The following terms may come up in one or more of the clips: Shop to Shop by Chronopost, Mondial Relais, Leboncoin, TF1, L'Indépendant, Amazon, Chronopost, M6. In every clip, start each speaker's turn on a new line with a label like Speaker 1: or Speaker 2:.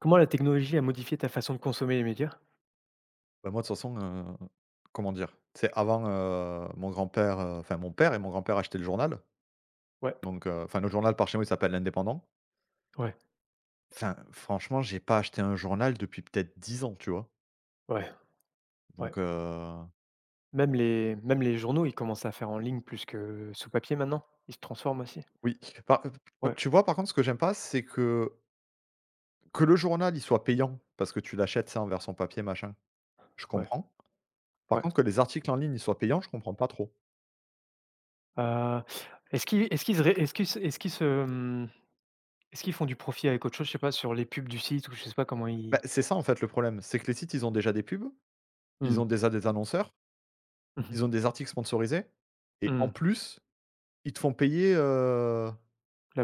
Speaker 1: Comment la technologie a modifié ta façon de consommer les médias?
Speaker 2: Bah, moi, de toute façon, comment dire? C'est avant, mon grand-père, enfin mon père et mon grand-père achetaient le journal,
Speaker 1: Ouais,
Speaker 2: enfin le journal par chez nous, il s'appelle «L'Indépendant».
Speaker 1: ouais,
Speaker 2: Enfin, franchement, j'ai pas acheté un journal depuis peut-être 10 ans, tu vois?
Speaker 1: ouais, ouais.
Speaker 2: Donc heu,
Speaker 1: Même les journaux, ils commencent à faire en ligne plus que sous papier maintenant. Ils se transforment aussi.
Speaker 2: oui. Par
Speaker 1: Ouais,
Speaker 2: Tu vois, par contre, ce que j'aime pas, c'est que le journal, il soit payant parce que tu l'achètes, ça, en version papier, machin, je
Speaker 1: ouais,
Speaker 2: comprends. Par
Speaker 1: ouais.
Speaker 2: contre, que les articles en ligne, ils soient payants, je comprends pas trop.
Speaker 1: Heu, est-ce qu'ils est-ce qu'ils se ré est-ce qu'ils se est-ce qu'ils se, hem, Est-ce qu'ils font du profit avec autre chose? Je sais pas, sur les pubs du site ou je sais pas comment ils.
Speaker 2: Bah, c'est ça, en fait, le problème, c'est que les sites, ils ont déjà des pubs, ils ont
Speaker 1: Mmh.
Speaker 2: déjà des annonceurs.
Speaker 1: Mmh mh.
Speaker 2: Ils ont des articles sponsorisés et en
Speaker 1: Mmh.
Speaker 2: plus, ils te font payer,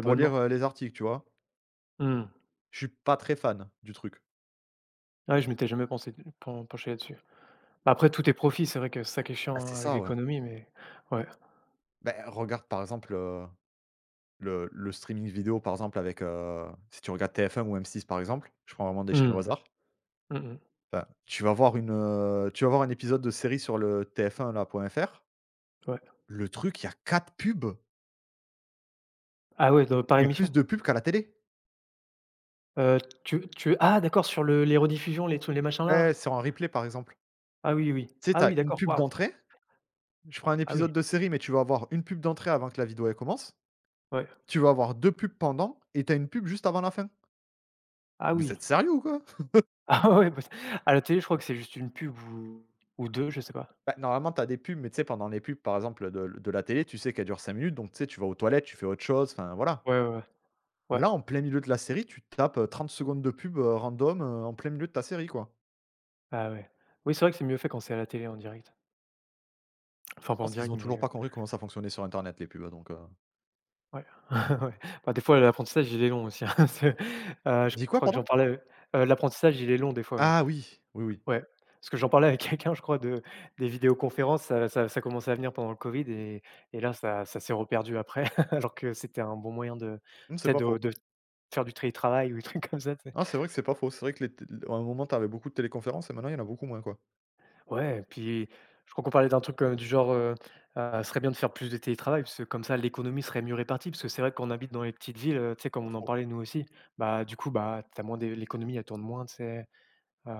Speaker 2: pour lire, les articles, tu vois?
Speaker 1: Mmh.
Speaker 2: Je suis pas très fan du truc.
Speaker 1: Ouais, je m'étais jamais pensé penché là-dessus. Bah, après tout est profit, c'est vrai que c'est ça qui est chiant,
Speaker 2: Ah, c'est
Speaker 1: hein, avec
Speaker 2: ça, ouais.
Speaker 1: l'économie, mais ouais.
Speaker 2: Ben regarde, par exemple, le streaming vidéo, par exemple, avec, si tu regardes TF1 ou M6, par exemple, je prends vraiment des chaînes au
Speaker 1: Mmh.
Speaker 2: hasard,
Speaker 1: Mmh mh.
Speaker 2: enfin, tu vas voir un épisode de série sur le TF1 là, point fr,
Speaker 1: Ouais.
Speaker 2: le truc, il y a 4 pubs.
Speaker 1: Ah ouais, dans par
Speaker 2: Il y a
Speaker 1: émission?
Speaker 2: plus de pubs qu'à la télé.
Speaker 1: Tu tu ah, d'accord, sur le les rediffusions, les trucs, les machins
Speaker 2: Ouais,
Speaker 1: là?
Speaker 2: sur un replay, par exemple.
Speaker 1: Ah oui, oui.
Speaker 2: Tu sais,
Speaker 1: Ah
Speaker 2: tu
Speaker 1: oui,
Speaker 2: une
Speaker 1: d'accord,
Speaker 2: pub
Speaker 1: waouh!
Speaker 2: d'entrée Je prends un
Speaker 1: Ah oui,
Speaker 2: épisode de série, mais tu vas avoir une pub d'entrée avant que la vidéo elle commence.
Speaker 1: ouais.
Speaker 2: Tu vas avoir 2 pubs pendant et tu as une pub juste avant la fin.
Speaker 1: Ah
Speaker 2: Vous
Speaker 1: oui.
Speaker 2: êtes sérieux ou quoi?
Speaker 1: Ah ouais, parce à la télé, je crois que c'est juste une pub ou 2, je sais pas.
Speaker 2: Bah, normalement, tu as des pubs, mais tu sais, pendant les pubs, par exemple, de la télé, tu sais qu'elles durent 5 minutes, donc tu sais, tu vas aux toilettes, tu fais autre chose, enfin voilà.
Speaker 1: Ouais, ouais, ouais. Ouais.
Speaker 2: Là, en plein milieu de la série, tu tapes, 30 secondes de pub, random, en plein milieu de ta série, quoi.
Speaker 1: Ah ouais. Oui, c'est vrai que c'est mieux fait quand c'est à la télé en direct. Enfin
Speaker 2: Je
Speaker 1: pas en
Speaker 2: pense qu'ils
Speaker 1: direct,
Speaker 2: ont
Speaker 1: mais
Speaker 2: toujours pas compris comment ça fonctionnait sur internet les pubs, hein,
Speaker 1: ouais. Ouais. Bah, des fois l'apprentissage, il est long aussi, hein. C'est
Speaker 2: Tu
Speaker 1: je
Speaker 2: dit quoi,
Speaker 1: crois que j'en
Speaker 2: pardon?
Speaker 1: parlais, l'apprentissage, il est long des fois, ouais.
Speaker 2: Ah oui, oui, oui.
Speaker 1: Ouais, parce que j'en parlais avec quelqu'un, je crois, de des vidéoconférences, ça commençait à venir pendant le Covid, et là, ça s'est reperdu après. Alors que c'était un bon moyen de,
Speaker 2: Mmh, c'est
Speaker 1: peut-être,
Speaker 2: pas
Speaker 1: de
Speaker 2: faux.
Speaker 1: de faire du télétravail ou des trucs comme ça, tu sais?
Speaker 2: Ah, c'est vrai que c'est pas faux. C'est vrai que les tél à un moment, tu avais beaucoup de téléconférences et maintenant, il y en a beaucoup moins, quoi.
Speaker 1: Ouais, et puis je crois qu'on parlait d'un truc, du genre, serait bien de faire plus de télétravail, parce que comme ça l'économie serait mieux répartie. Parce que c'est vrai qu'on habite dans les petites villes, tu sais, comme
Speaker 2: Pas
Speaker 1: on en
Speaker 2: faux.
Speaker 1: parlait nous aussi. Bah, du coup, bah, t'as moins des l'économie elle tourne moins, tu sais, heu,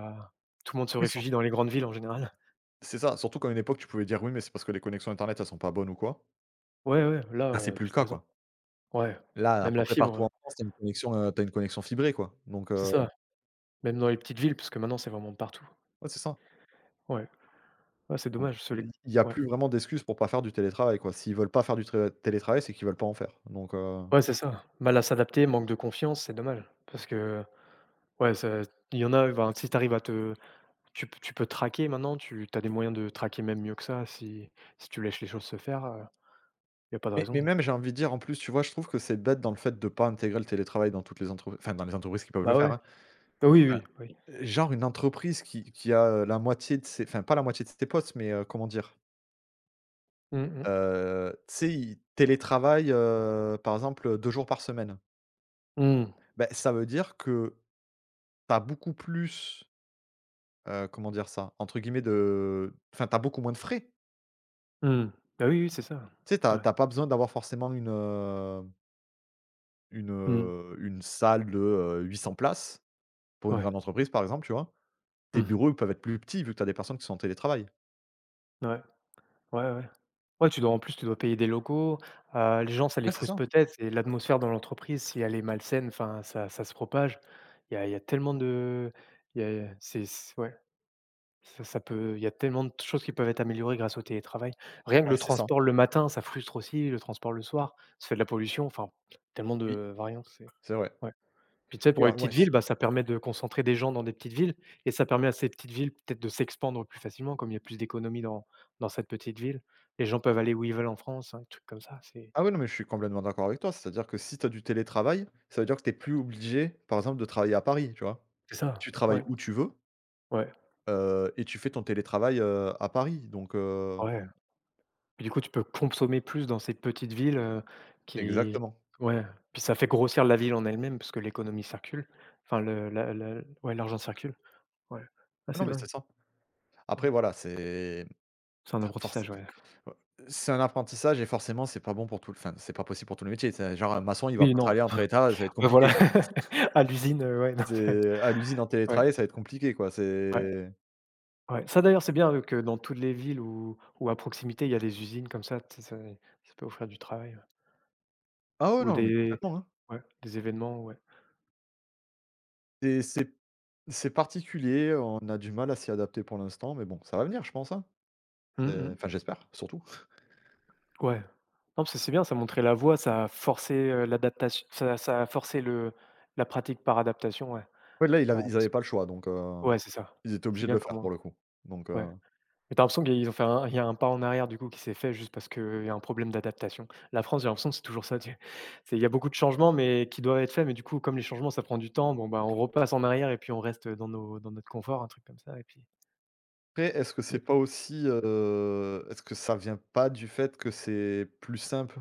Speaker 1: tout le monde se
Speaker 2: Oui, sur
Speaker 1: réfugie dans les grandes villes en général.
Speaker 2: C'est ça, surtout qu'à une époque, tu pouvais dire: «Oui, mais c'est parce que les connexions internet, elles sont pas bonnes ou quoi».
Speaker 1: Ouais, ouais, là,
Speaker 2: Là, c'est plus le
Speaker 1: puis tu as
Speaker 2: cas,
Speaker 1: raison.
Speaker 2: quoi.
Speaker 1: Ouais,
Speaker 2: Là, à
Speaker 1: même
Speaker 2: peu
Speaker 1: la
Speaker 2: près
Speaker 1: fibre,
Speaker 2: partout en France, t'as une connexion, tu une connexion fibrée, quoi.
Speaker 1: c'est ça, même dans les petites villes, parce que maintenant c'est vraiment de partout.
Speaker 2: Ouais, c'est ça.
Speaker 1: Ouais, ouais, c'est
Speaker 2: Donc
Speaker 1: dommage, ce les
Speaker 2: il y a
Speaker 1: ouais,
Speaker 2: plus vraiment d'excuses pour pas faire du télétravail, quoi. S'ils veulent pas faire du tré télétravail, c'est qu'ils veulent pas en faire.
Speaker 1: ouais, c'est ça. Mal à s'adapter, manque de confiance, c'est dommage parce que, ouais, ça il y en a, ben, si tu arrives à te tu p tu peux traquer maintenant, tu as des moyens de traquer même mieux que ça, si tu laisses les choses se faire, il y a pas de
Speaker 2: Mais
Speaker 1: raison.
Speaker 2: même, j'ai envie de dire, en plus, tu vois, je trouve que c'est bête dans le fait de pas intégrer le télétravail dans toutes les entreprises enfin, dans les entreprises qui peuvent le
Speaker 1: Bah,
Speaker 2: faire,
Speaker 1: ouais.
Speaker 2: hein.
Speaker 1: Bah, oui,
Speaker 2: Enfin,
Speaker 1: oui, oui.
Speaker 2: genre une entreprise qui a, la moitié de ses enfin, pas la moitié de ses postes, mais comment dire?
Speaker 1: Mmh mh.
Speaker 2: Tu sais, ils télétravaillent, par exemple, 2 jours par semaine.
Speaker 1: Mmh.
Speaker 2: Ben ça veut dire que tu as beaucoup plus, comment dire ça? Entre guillemets de enfin, tu as beaucoup moins de frais.
Speaker 1: Mmh. Bah, oui, oui, c'est ça.
Speaker 2: Tu sais, tu as
Speaker 1: Ouais.
Speaker 2: pas besoin d'avoir forcément une,
Speaker 1: Mmh.
Speaker 2: une salle de, 800 places pour une
Speaker 1: Ouais.
Speaker 2: grande entreprise, par exemple, tu vois? Tes
Speaker 1: Mmh.
Speaker 2: bureaux, ils peuvent être plus petits vu que tu as des personnes qui sont en télétravail.
Speaker 1: Ouais. Ouais, ouais. Ouais, tu dois, en plus, tu dois payer des locaux, les gens, ça les
Speaker 2: Ouais, c'est
Speaker 1: frustre
Speaker 2: ça.
Speaker 1: peut-être, et l'atmosphère dans l'entreprise, si elle est malsaine, enfin, ça se propage. Il y a il y a tellement de il y a c'est c ouais, ça ça peut il y a tellement de choses qui peuvent être améliorées grâce au télétravail. Rien que
Speaker 2: Ouais,
Speaker 1: le
Speaker 2: c'est ça.
Speaker 1: transport le matin, ça frustre aussi, le transport le soir, ça fait de la pollution, enfin, tellement
Speaker 2: Oui,
Speaker 1: de variantes, c'est, ouais.
Speaker 2: c'est vrai.
Speaker 1: Puis tu sais,
Speaker 2: Oui,
Speaker 1: pour les
Speaker 2: alors ouais,
Speaker 1: petites villes, bah, ça permet de concentrer des gens dans des petites villes, et ça permet à ces petites villes peut-être de s'expandre plus facilement, comme il y a plus d'économies dans cette petite ville. Les gens peuvent aller où ils veulent en France, un truc comme ça, c'est
Speaker 2: ah oui, non, mais je suis complètement d'accord avec toi. C'est-à-dire que si tu as du télétravail, ça veut dire que tu plus obligé, par exemple, de travailler à Paris, tu vois?
Speaker 1: c'est ça,
Speaker 2: Tu travailles
Speaker 1: ouais,
Speaker 2: où tu veux,
Speaker 1: ouais,
Speaker 2: et tu fais ton télétravail, à Paris,
Speaker 1: ouais. Puis du coup, tu peux consommer plus dans ces petites villes, qui
Speaker 2: exactement.
Speaker 1: ouais, puis ça fait grossir la ville en elle-même parce que l'économie circule, enfin le la la ouais, l'argent circule, ouais. Ah,
Speaker 2: Ah non,
Speaker 1: c'est
Speaker 2: mais
Speaker 1: dingue,
Speaker 2: c'est ça. Après
Speaker 1: ouais.
Speaker 2: voilà, c'est
Speaker 1: C'est un
Speaker 2: enfin forcé
Speaker 1: apprentissage, ouais.
Speaker 2: c'est un apprentissage et forcément c'est pas bon pour tout le enfin, c'est pas possible pour tout le métier. C'est genre un maçon, il va
Speaker 1: Oui,
Speaker 2: pas
Speaker 1: non,
Speaker 2: travailler entre États, ça va être
Speaker 1: ouais,
Speaker 2: compliqué,
Speaker 1: voilà,
Speaker 2: quoi.
Speaker 1: à l'usine, ouais, non, ouais,
Speaker 2: C'est à l'usine en télétravail, ça va être compliqué, quoi.
Speaker 1: ouais.
Speaker 2: C'est
Speaker 1: Ouais, ça d'ailleurs, c'est bien, que dans toutes les villes où à proximité, il y a des usines comme ça, tu sais, ça peut offrir du travail, ouais.
Speaker 2: ah ouais,
Speaker 1: Ou
Speaker 2: non, non, mais
Speaker 1: des
Speaker 2: complètement, hein.
Speaker 1: Ouais, des événements, ouais.
Speaker 2: C'est c'est C'est particulier, on a du mal à s'y adapter pour l'instant, mais bon, ça va venir, je pense, hein.
Speaker 1: Mmh
Speaker 2: C'est
Speaker 1: mh.
Speaker 2: enfin, j'espère, surtout.
Speaker 1: Ouais. Non, parce que c'est bien, ça montrait la voie, ça a forcé, l'adaptation, ça a forcé le la pratique par adaptation, ouais.
Speaker 2: Ouais, là, il
Speaker 1: Ah,
Speaker 2: av ils
Speaker 1: parce
Speaker 2: n'avaient pas le choix,
Speaker 1: ouais, c'est ça.
Speaker 2: ils étaient
Speaker 1: C'est
Speaker 2: obligés de le
Speaker 1: bien
Speaker 2: faire, pour
Speaker 1: comment.
Speaker 2: le coup, donc
Speaker 1: Ouais.
Speaker 2: heu,
Speaker 1: Mais t'as l'impression qu'ils ont fait un il y a un pas en arrière du coup qui s'est fait juste parce qu'il y a un problème d'adaptation. La France, j'ai l'impression que c'est toujours ça. Tu C'est, il y a beaucoup de changements mais qui doivent être faits, mais du coup, comme les changements, ça prend du temps, bon, bah, on repasse en arrière et puis on reste dans notre confort, un truc comme ça, et puis
Speaker 2: après, est-ce que c'est
Speaker 1: ouais.
Speaker 2: pas aussi, est-ce que ça vient pas du fait que c'est plus simple?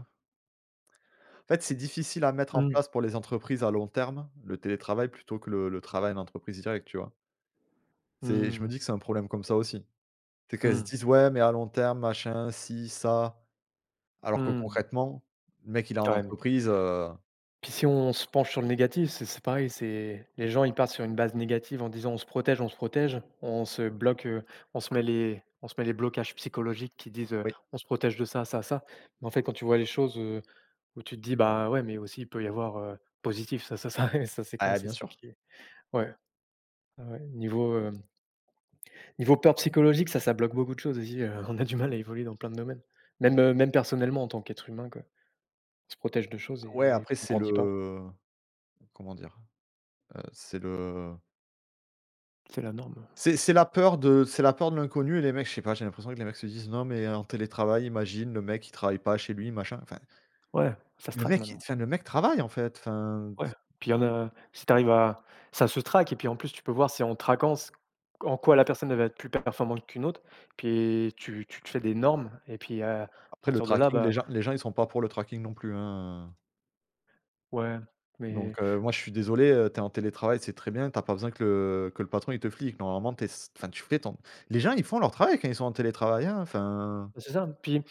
Speaker 2: En fait, c'est difficile à mettre en
Speaker 1: Mmh.
Speaker 2: place pour les entreprises à long terme, le télétravail, plutôt que le travail en entreprise directe. Tu vois? C'est je me
Speaker 1: Mmh.
Speaker 2: dis que c'est un problème comme ça aussi. C'est qu'elles se
Speaker 1: Mmh.
Speaker 2: disent: «Ouais, mais à long terme, machin, si, ça», alors que
Speaker 1: Mmh.
Speaker 2: concrètement, le mec, il est en
Speaker 1: Quand
Speaker 2: entreprise,
Speaker 1: Puis si on se penche sur le négatif, c'est pareil, c'est les gens, ils partent sur une base négative en disant: «On se protège, on se protège». On se bloque, on se met les blocages psychologiques qui disent:
Speaker 2: oui.
Speaker 1: «On se protège de ça, ça, ça». Mais en fait, quand tu vois les choses, où tu te dis: «Bah, ouais, mais aussi il peut y avoir, positif, ça et ça c'est con,
Speaker 2: Ah
Speaker 1: c'est
Speaker 2: bien
Speaker 1: ça
Speaker 2: sûr.
Speaker 1: qui est». Ouais, ouais, ouais, niveau, niveau peur psychologique, ça bloque beaucoup de choses aussi, on a du mal à évoluer dans plein de domaines. Même, même personnellement en tant qu'être humain, quoi. On se protège de choses,
Speaker 2: Ouais,
Speaker 1: et
Speaker 2: après
Speaker 1: puis on
Speaker 2: c'est
Speaker 1: grandit pas.
Speaker 2: le comment dire? C'est le
Speaker 1: C'est la norme.
Speaker 2: c'est la peur de l'inconnu et les mecs, je sais pas, j'ai l'impression que les mecs se disent: «Non mais en télétravail, imagine le mec il travaille pas chez lui, machin». Enfin,
Speaker 1: Ouais, ça se
Speaker 2: le
Speaker 1: traque
Speaker 2: mec, il
Speaker 1: maintenant.
Speaker 2: enfin le mec travaille en fait, enfin,
Speaker 1: Ouais, puis il y en a, si tu arrives à ça se traque, et puis en plus tu peux voir, c'est en traquant c en quoi la personne elle va être plus performante qu'une autre, puis tu te fais des normes, et puis, à
Speaker 2: après le
Speaker 1: partir de là,
Speaker 2: tracking, les
Speaker 1: bah,
Speaker 2: gens les gens ils sont pas pour le tracking non plus, hein,
Speaker 1: ouais, mais
Speaker 2: moi je suis désolé, tu en télétravail, c'est très bien, t'as pas besoin que le patron il te flique. Normalement t'es enfin tu fais ton les gens ils font leur travail quand ils sont en télétravail, hein, enfin,
Speaker 1: bah, c'est ça, puis, bon,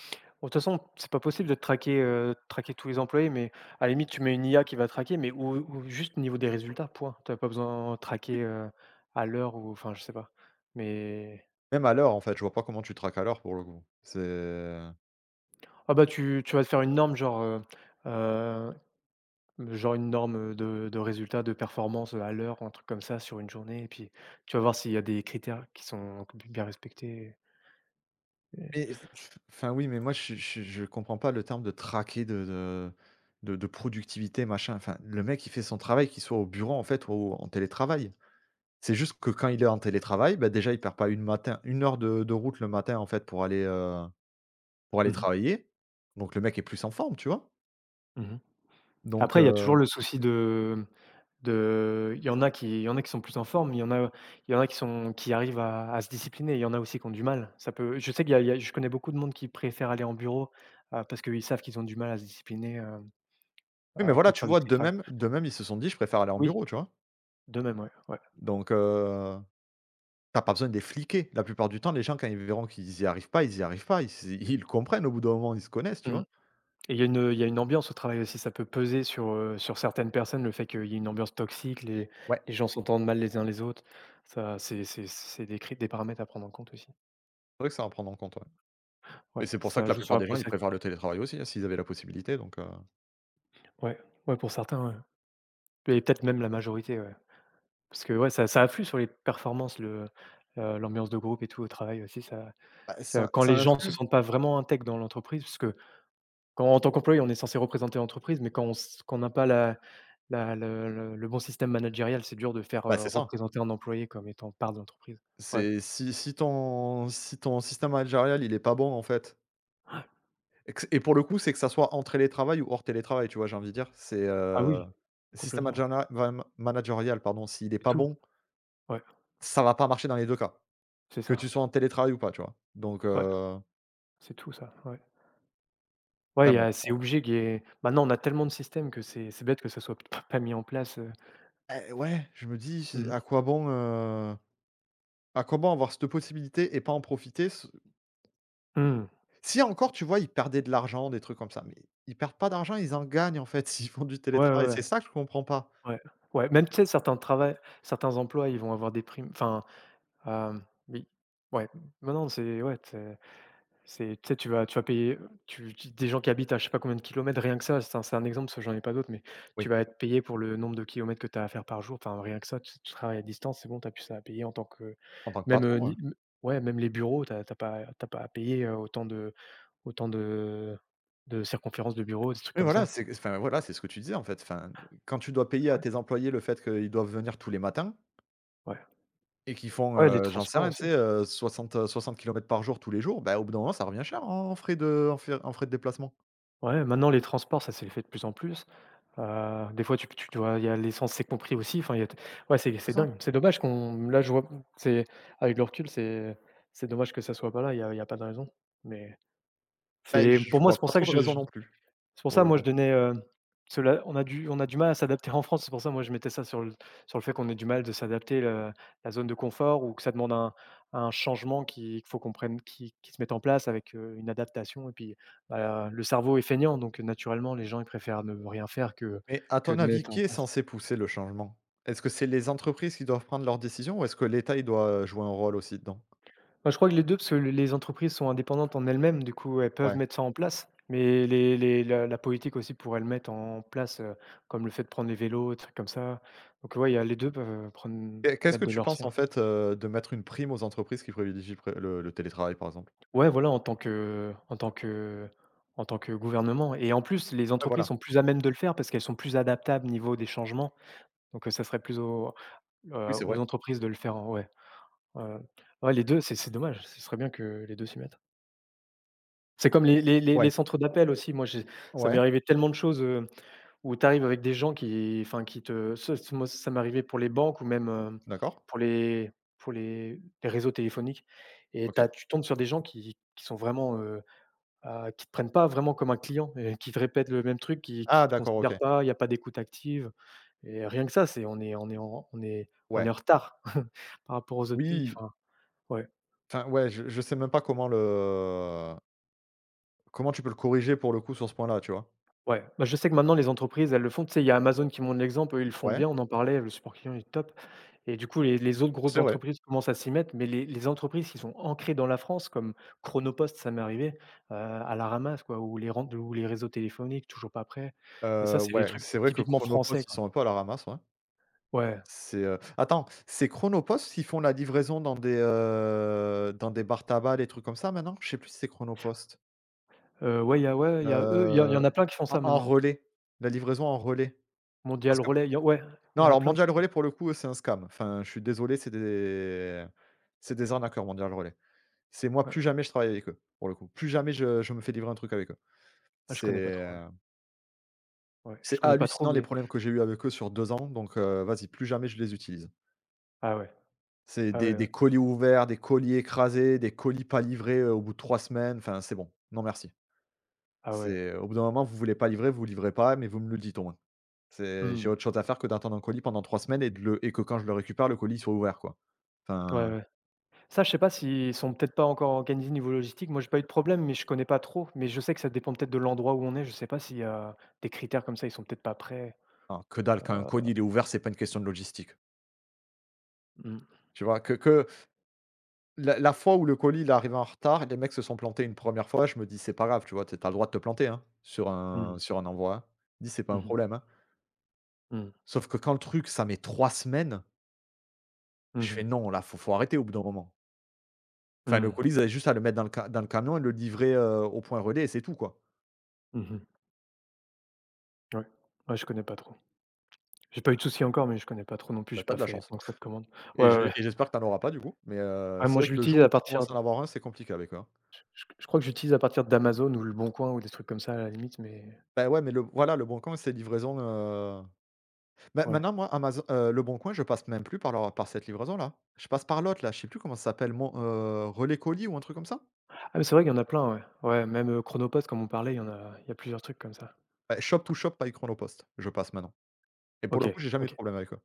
Speaker 1: de toute façon, c'est pas possible de traquer, tous les employés. Mais à la limite, tu mets une IA qui va traquer, mais, ou juste au niveau des résultats, point. Tu as pas besoin de traquer, à l'heure, ou, enfin, je sais pas. Mais
Speaker 2: même à l'heure en fait, je vois pas comment tu traques à l'heure pour le coup. C'est
Speaker 1: ah, bah, tu vas te faire une norme, genre, heu Genre une norme, de résultats, de performance, à l'heure, un truc comme ça, sur une journée, et puis tu vas voir s'il y a des critères qui sont bien respectés et
Speaker 2: mais enfin, oui, mais moi, je comprends pas le terme de traquer de productivité, machin. Enfin, le mec, il fait son travail, qu'il soit au bureau, en fait, ou en télétravail. C'est juste que quand il est en télétravail, bah, déjà, il perd pas 1 heure de route le matin, en fait, pour aller
Speaker 1: Mmh.
Speaker 2: travailler. Donc le mec est plus en forme, tu vois?
Speaker 1: Mmh.
Speaker 2: Donc
Speaker 1: Après, il y a toujours
Speaker 2: heu,
Speaker 1: le souci de il y en a qui il y en a qui sont plus en forme, il y en a qui arrivent à se discipliner, il y en a aussi qui ont du mal. Ça peut je sais qu'il y a il y a Je connais beaucoup de monde qui préfère aller en bureau, parce qu'ils savent qu'ils ont du mal à se discipliner,
Speaker 2: oui, mais
Speaker 1: à que
Speaker 2: voilà,
Speaker 1: de
Speaker 2: tu
Speaker 1: faire du
Speaker 2: vois, de
Speaker 1: télétravail.
Speaker 2: même de même ils se sont dit: «Je préfère aller en
Speaker 1: Oui,
Speaker 2: bureau», tu vois?
Speaker 1: de même, ouais, ouais.
Speaker 2: Donc heu, tu pas besoin de les fliquer. La plupart du temps, les gens, quand ils verront qu'ils y arrivent pas, ils y arrivent pas. Ils le comprennent au bout d'un moment, ils se connaissent, tu
Speaker 1: Mmh.
Speaker 2: vois?
Speaker 1: Et il y a une ambiance au travail aussi, ça peut peser sur certaines personnes, le fait qu'il y ait une ambiance toxique, les
Speaker 2: Ouais.
Speaker 1: les gens s'entendent mal les uns les autres. Ça, c'est des paramètres à prendre en compte aussi.
Speaker 2: C'est vrai que c'est à prendre en compte, ouais. Mais
Speaker 1: Ouais,
Speaker 2: c'est pour ça que
Speaker 1: ça
Speaker 2: la
Speaker 1: joue sur
Speaker 2: plupart
Speaker 1: la
Speaker 2: des gens, ils
Speaker 1: procét
Speaker 2: préfèrent le télétravail aussi, hein, s'ils avaient la possibilité donc
Speaker 1: ouais, ouais, pour certains, ouais. Et peut-être même la majorité, ouais. Parce que, ouais, ça influe sur les performances, l'ambiance de groupe et tout au travail aussi, ça
Speaker 2: bah,
Speaker 1: ça
Speaker 2: ça
Speaker 1: quand
Speaker 2: ça
Speaker 1: les gens se
Speaker 2: influe.
Speaker 1: sentent pas vraiment intègres dans l'entreprise, parce que quand, en tant qu'employé, on est censé représenter l'entreprise, mais quand on s quand on n'a pas la la le bon système managérial, c'est dur de faire,
Speaker 2: Bah, c'est ça.
Speaker 1: représenter un employé comme étant part de l'entreprise. Ouais.
Speaker 2: C'est si ton système managérial, il est pas bon, en fait et que et pour le coup, c'est que ça soit en télétravail ou hors télétravail, tu vois? J'ai envie de dire, c'est,
Speaker 1: Ah oui,
Speaker 2: système
Speaker 1: complètement.
Speaker 2: managéria va managérial, pardon, s'il est
Speaker 1: C'est
Speaker 2: pas
Speaker 1: tout.
Speaker 2: bon,
Speaker 1: Ouais,
Speaker 2: ça va pas marcher dans les 2 cas,
Speaker 1: c'est
Speaker 2: que tu
Speaker 1: ça.
Speaker 2: sois en télétravail ou pas, tu vois?
Speaker 1: Ouais, c'est tout ça, ouais. Ouais,
Speaker 2: Enfin
Speaker 1: il y
Speaker 2: bon,
Speaker 1: a c'est
Speaker 2: on
Speaker 1: obligé qu'il y ait, maintenant on a tellement de systèmes que c'est bête que ça soit p pas mis en place.
Speaker 2: eh ouais, je me dis: «C'est
Speaker 1: Mmh.
Speaker 2: à quoi bon avoir cette possibilité et pas en profiter».
Speaker 1: Mmh.
Speaker 2: Si encore, tu vois, ils perdaient de l'argent, des trucs comme ça, mais ils perdent pas d'argent, ils en gagnent, en fait, s'ils font du
Speaker 1: Ouais, ouais,
Speaker 2: télétravail.
Speaker 1: ouais.
Speaker 2: C'est ça que je comprends pas.
Speaker 1: Ouais. Ouais, même, tu sais, certains travaux, certains emplois, ils vont avoir des primes, enfin, oui. Ouais. Non, non, c'est, ouais, c'est tu sais, tu vas payer, tu tu des gens qui habitent à je sais pas combien de kilomètres, rien que ça, c'est un, exemple, parce que j'en ai pas d'autres, mais tu
Speaker 2: Oui.
Speaker 1: vas être payé pour le nombre de kilomètres que tu as à faire par jour. Enfin, rien que ça, tu travailles à distance, c'est bon, tu as plus ça à payer en tant que
Speaker 2: En tant que
Speaker 1: même,
Speaker 2: patron, ouais.
Speaker 1: ni m ouais, même les bureaux, tu as pas t'as pas à payer, autant autant de de circonférences de bureaux, des trucs
Speaker 2: Oui,
Speaker 1: comme
Speaker 2: voilà,
Speaker 1: ça.
Speaker 2: c'est enfin, voilà, c'est ce que tu disais, en fait. Enfin, quand tu dois payer à
Speaker 1: Ouais,
Speaker 2: tes employés le fait qu'ils doivent venir tous les matins
Speaker 1: ouais.
Speaker 2: et qu'ils font,
Speaker 1: Ouais, les
Speaker 2: j'en sais
Speaker 1: transports
Speaker 2: rien, tu
Speaker 1: aussi.
Speaker 2: sais, 60 60 km par jour tous les jours, bah, au bout d'un moment, ça revient cher en frais de en frais de déplacement,
Speaker 1: Ouais, maintenant les transports, ça s'est fait de plus en plus. Des fois tu p Tu dois, il y a l'essence, c'est compris aussi, enfin il y a t ouais, c'est
Speaker 2: c'est ça?
Speaker 1: dingue, c'est dommage qu'on là je vois c'est avec le recul, c'est dommage que ça soit pas là, il y a pas de raison, mais
Speaker 2: Bah,
Speaker 1: c'est
Speaker 2: je
Speaker 1: pour moi
Speaker 2: vois
Speaker 1: c'est pour
Speaker 2: pas
Speaker 1: ça
Speaker 2: trop
Speaker 1: que
Speaker 2: de raison
Speaker 1: je
Speaker 2: non plus,
Speaker 1: c'est pour
Speaker 2: pour
Speaker 1: ça
Speaker 2: le
Speaker 1: moi je
Speaker 2: coup.
Speaker 1: donnais, cela on a du mal à s'adapter en France. C'est pour ça moi je mettais ça sur le fait qu'on ait du mal de s'adapter, la zone de confort, ou que ça demande un changement qui qu'il faut qu'on prenne qui se mette en place avec, une adaptation. Et puis, bah, le cerveau est feignant, donc naturellement les gens ils préfèrent ne rien faire
Speaker 2: Mais à
Speaker 1: que
Speaker 2: ton
Speaker 1: de
Speaker 2: avis,
Speaker 1: mettre en
Speaker 2: qui est
Speaker 1: place.
Speaker 2: censé pousser le changement? Est-ce que c'est les entreprises qui doivent prendre leurs décisions ou est-ce que l'État, il doit, jouer un rôle aussi dedans?
Speaker 1: Bah, je crois que les 2, parce que les entreprises sont indépendantes en elles-mêmes, du coup, elles peuvent
Speaker 2: Ouais.
Speaker 1: mettre ça en place, mais les la la politique aussi pourrait le mettre en place, comme le fait de prendre les vélos, des trucs comme ça. Donc ouais, il y a les 2 peuvent prendre,
Speaker 2: Qu'est-ce
Speaker 1: mettre
Speaker 2: que
Speaker 1: de
Speaker 2: tu
Speaker 1: leur
Speaker 2: penses, en
Speaker 1: sien.
Speaker 2: fait, de mettre une prime aux entreprises qui privilégient le, pré le télétravail, par exemple?
Speaker 1: Ouais, voilà, en tant que en tant que en tant que gouvernement. Et en plus, les
Speaker 2: Ouais,
Speaker 1: entreprises
Speaker 2: voilà.
Speaker 1: sont plus à même de le faire parce qu'elles sont plus adaptables au niveau des changements, donc ça serait plus aux,
Speaker 2: Oui, c'est vrai.
Speaker 1: aux entreprises de le faire en ouais, heu, ouais, les 2. C'est dommage, ce serait bien que les 2 s'y mettent. C'est comme
Speaker 2: Ouais.
Speaker 1: les centres d'appel aussi. Moi, j'ai, ça m'est
Speaker 2: Ouais,
Speaker 1: arrivé tellement de choses, où tu arrives avec des gens qui enfin qui te ce ce moi, ça m'est arrivé pour les banques ou même,
Speaker 2: d'accord.
Speaker 1: pour les réseaux téléphoniques, et
Speaker 2: OK.
Speaker 1: t'as, tu tombes sur des gens qui sont vraiment, qui te prennent pas vraiment comme un client et qui te répètent le même truc, qui
Speaker 2: Ah
Speaker 1: qui te
Speaker 2: d'accord, OK.
Speaker 1: considèrent pas, il y a pas d'écoute active. Et rien que ça, c'est on est en
Speaker 2: Ouais.
Speaker 1: retard par rapport aux autres pays,
Speaker 2: Oui,
Speaker 1: enfin, ouais.
Speaker 2: enfin, ouais, je sais même pas comment le comment tu peux le corriger, pour le coup, sur ce point-là, tu vois?
Speaker 1: Ouais, bah, je sais que maintenant les entreprises, elles le font. Tu sais, il y a Amazon qui montre l'exemple, eux, ils le font
Speaker 2: Ouais,
Speaker 1: bien, on en parlait, le support client est top. Et du coup, les autres grosses
Speaker 2: c'est vrai.
Speaker 1: entreprises commencent à s'y mettre, mais les entreprises qui sont ancrées dans la France comme Chronopost, ça m'est arrivé, à la ramasse, quoi, ou les réseaux téléphoniques, toujours pas prêts. Mais ça, c'est des
Speaker 2: Ouais,
Speaker 1: trucs
Speaker 2: c'est vrai que
Speaker 1: typiquement
Speaker 2: Chronopost,
Speaker 1: français,
Speaker 2: ils
Speaker 1: quoi.
Speaker 2: sont un peu à la ramasse, ouais.
Speaker 1: Ouais,
Speaker 2: C'est, attends, c'est Chronopost qui font la livraison dans des bars tabac, des trucs comme ça maintenant? Je sais plus si c'est Chronopost.
Speaker 1: ouais, il y a ouais, il y a eux, il y en
Speaker 2: Heu,
Speaker 1: a plein qui font
Speaker 2: en
Speaker 1: ça
Speaker 2: en
Speaker 1: maintenant.
Speaker 2: relais, la livraison en relais. Parce
Speaker 1: Mondial
Speaker 2: que
Speaker 1: Relay, il y a ouais,
Speaker 2: non,
Speaker 1: il y en a
Speaker 2: alors
Speaker 1: plein qui
Speaker 2: Mondial
Speaker 1: font
Speaker 2: Relais pour le coup, c'est un scam. Enfin, je suis désolé, c'est des arnaqueurs Mondial Relais. C'est moi
Speaker 1: ouais.
Speaker 2: plus jamais je travaille avec eux, pour le coup. Plus jamais je me fais livrer un truc avec eux.
Speaker 1: Ah, je
Speaker 2: C'est,
Speaker 1: connais pas trop, ouais.
Speaker 2: heu,
Speaker 1: Ouais,
Speaker 2: c'est
Speaker 1: je connais pas trop,
Speaker 2: hallucinant les
Speaker 1: mais
Speaker 2: problèmes que j'ai eu avec eux sur 2 ans, vas-y, plus jamais je les utilise.
Speaker 1: ah ouais,
Speaker 2: C'est
Speaker 1: ah
Speaker 2: des
Speaker 1: ouais, ouais,
Speaker 2: des colis ouverts, des colis écrasés, des colis pas livrés, au bout de 3 semaines, enfin, c'est bon. Non merci.
Speaker 1: ah ouais.
Speaker 2: C'est au bout d'un moment, vous voulez pas livrer, vous livrez pas, mais vous me le dites au moins. C'est j'ai
Speaker 1: Mmh.
Speaker 2: autre chose à faire que d'attendre un colis pendant 3 semaines et de le et que quand je le récupère, le colis soit ouvert, quoi. Enfin,
Speaker 1: Ouais, ouais. Ça, je sais pas s'ils sont peut-être pas encore organisés niveau logistique. Moi, j'ai pas eu de problème, mais je connais pas trop. Mais je sais que ça dépend peut-être de l'endroit où on est. Je sais pas si, des critères comme ça, ils sont peut-être pas prêts.
Speaker 2: non, que dalle,
Speaker 1: Heu,
Speaker 2: quand un colis, il est ouvert, c'est pas une question de logistique.
Speaker 1: mmh,
Speaker 2: Tu vois? Que la fois où le colis, il est arrivé en retard, les mecs se sont plantés une première fois, je me dis: «C'est pas grave», tu vois? Tu sais, tu le droit de te planter, hein,
Speaker 1: mmh,
Speaker 2: sur un envoi, hein. Je dis: «C'est pas
Speaker 1: mmh
Speaker 2: un
Speaker 1: mh,
Speaker 2: problème», hein.
Speaker 1: mmh
Speaker 2: Sauf que quand le truc, ça met 3 semaines. Je
Speaker 1: mh,
Speaker 2: fais: «Non, là, faut faut arrêter au bout d'un moment». Enfin, le
Speaker 1: mmh,
Speaker 2: colis, ils avaient juste à le mettre dans le ca dans le camion et le livrer, au point relais et c'est tout, quoi.
Speaker 1: mmh. Ouais. Ouais, je connais pas trop. J'ai pas eu de soucis encore, mais je connais pas trop non plus.
Speaker 2: Bah,
Speaker 1: J'ai
Speaker 2: tu
Speaker 1: pas
Speaker 2: de la
Speaker 1: fait
Speaker 2: chance
Speaker 1: tant que ça de commandes. Ouais,
Speaker 2: et je
Speaker 1: ouais,
Speaker 2: et
Speaker 1: ouais.
Speaker 2: j'espère que t'en auras pas du coup, mais
Speaker 1: Ah,
Speaker 2: c'est
Speaker 1: moi,
Speaker 2: vrai
Speaker 1: je
Speaker 2: que le
Speaker 1: l'utilise
Speaker 2: jour où
Speaker 1: à
Speaker 2: tu
Speaker 1: partir
Speaker 2: commences à
Speaker 1: de,
Speaker 2: en avoir un, c'est compliqué avec eux, hein.
Speaker 1: je crois que j'utilise à partir d'Amazon ou Le Bon Coin ou des trucs comme ça, à la limite, mais
Speaker 2: Bah, ouais, mais le voilà, Leboncoin, c'est livraison, ma
Speaker 1: ouais.
Speaker 2: maintenant, moi, Amazon, le bon coin, je passe même plus par leur par cette livraison-là. Je passe par l'autre, là, je sais plus comment ça s'appelle, mon Relais Colis ou un truc comme ça?
Speaker 1: Ah, mais c'est vrai qu'il y en a plein, ouais. Ouais, même, Chronopost, comme on parlait, il y en a, il y a plusieurs trucs comme ça.
Speaker 2: Ouais, Shop to Shop by Chronopost, je passe maintenant et pour
Speaker 1: OK,
Speaker 2: le coup, j'ai jamais eu de
Speaker 1: OK.
Speaker 2: problème avec eux.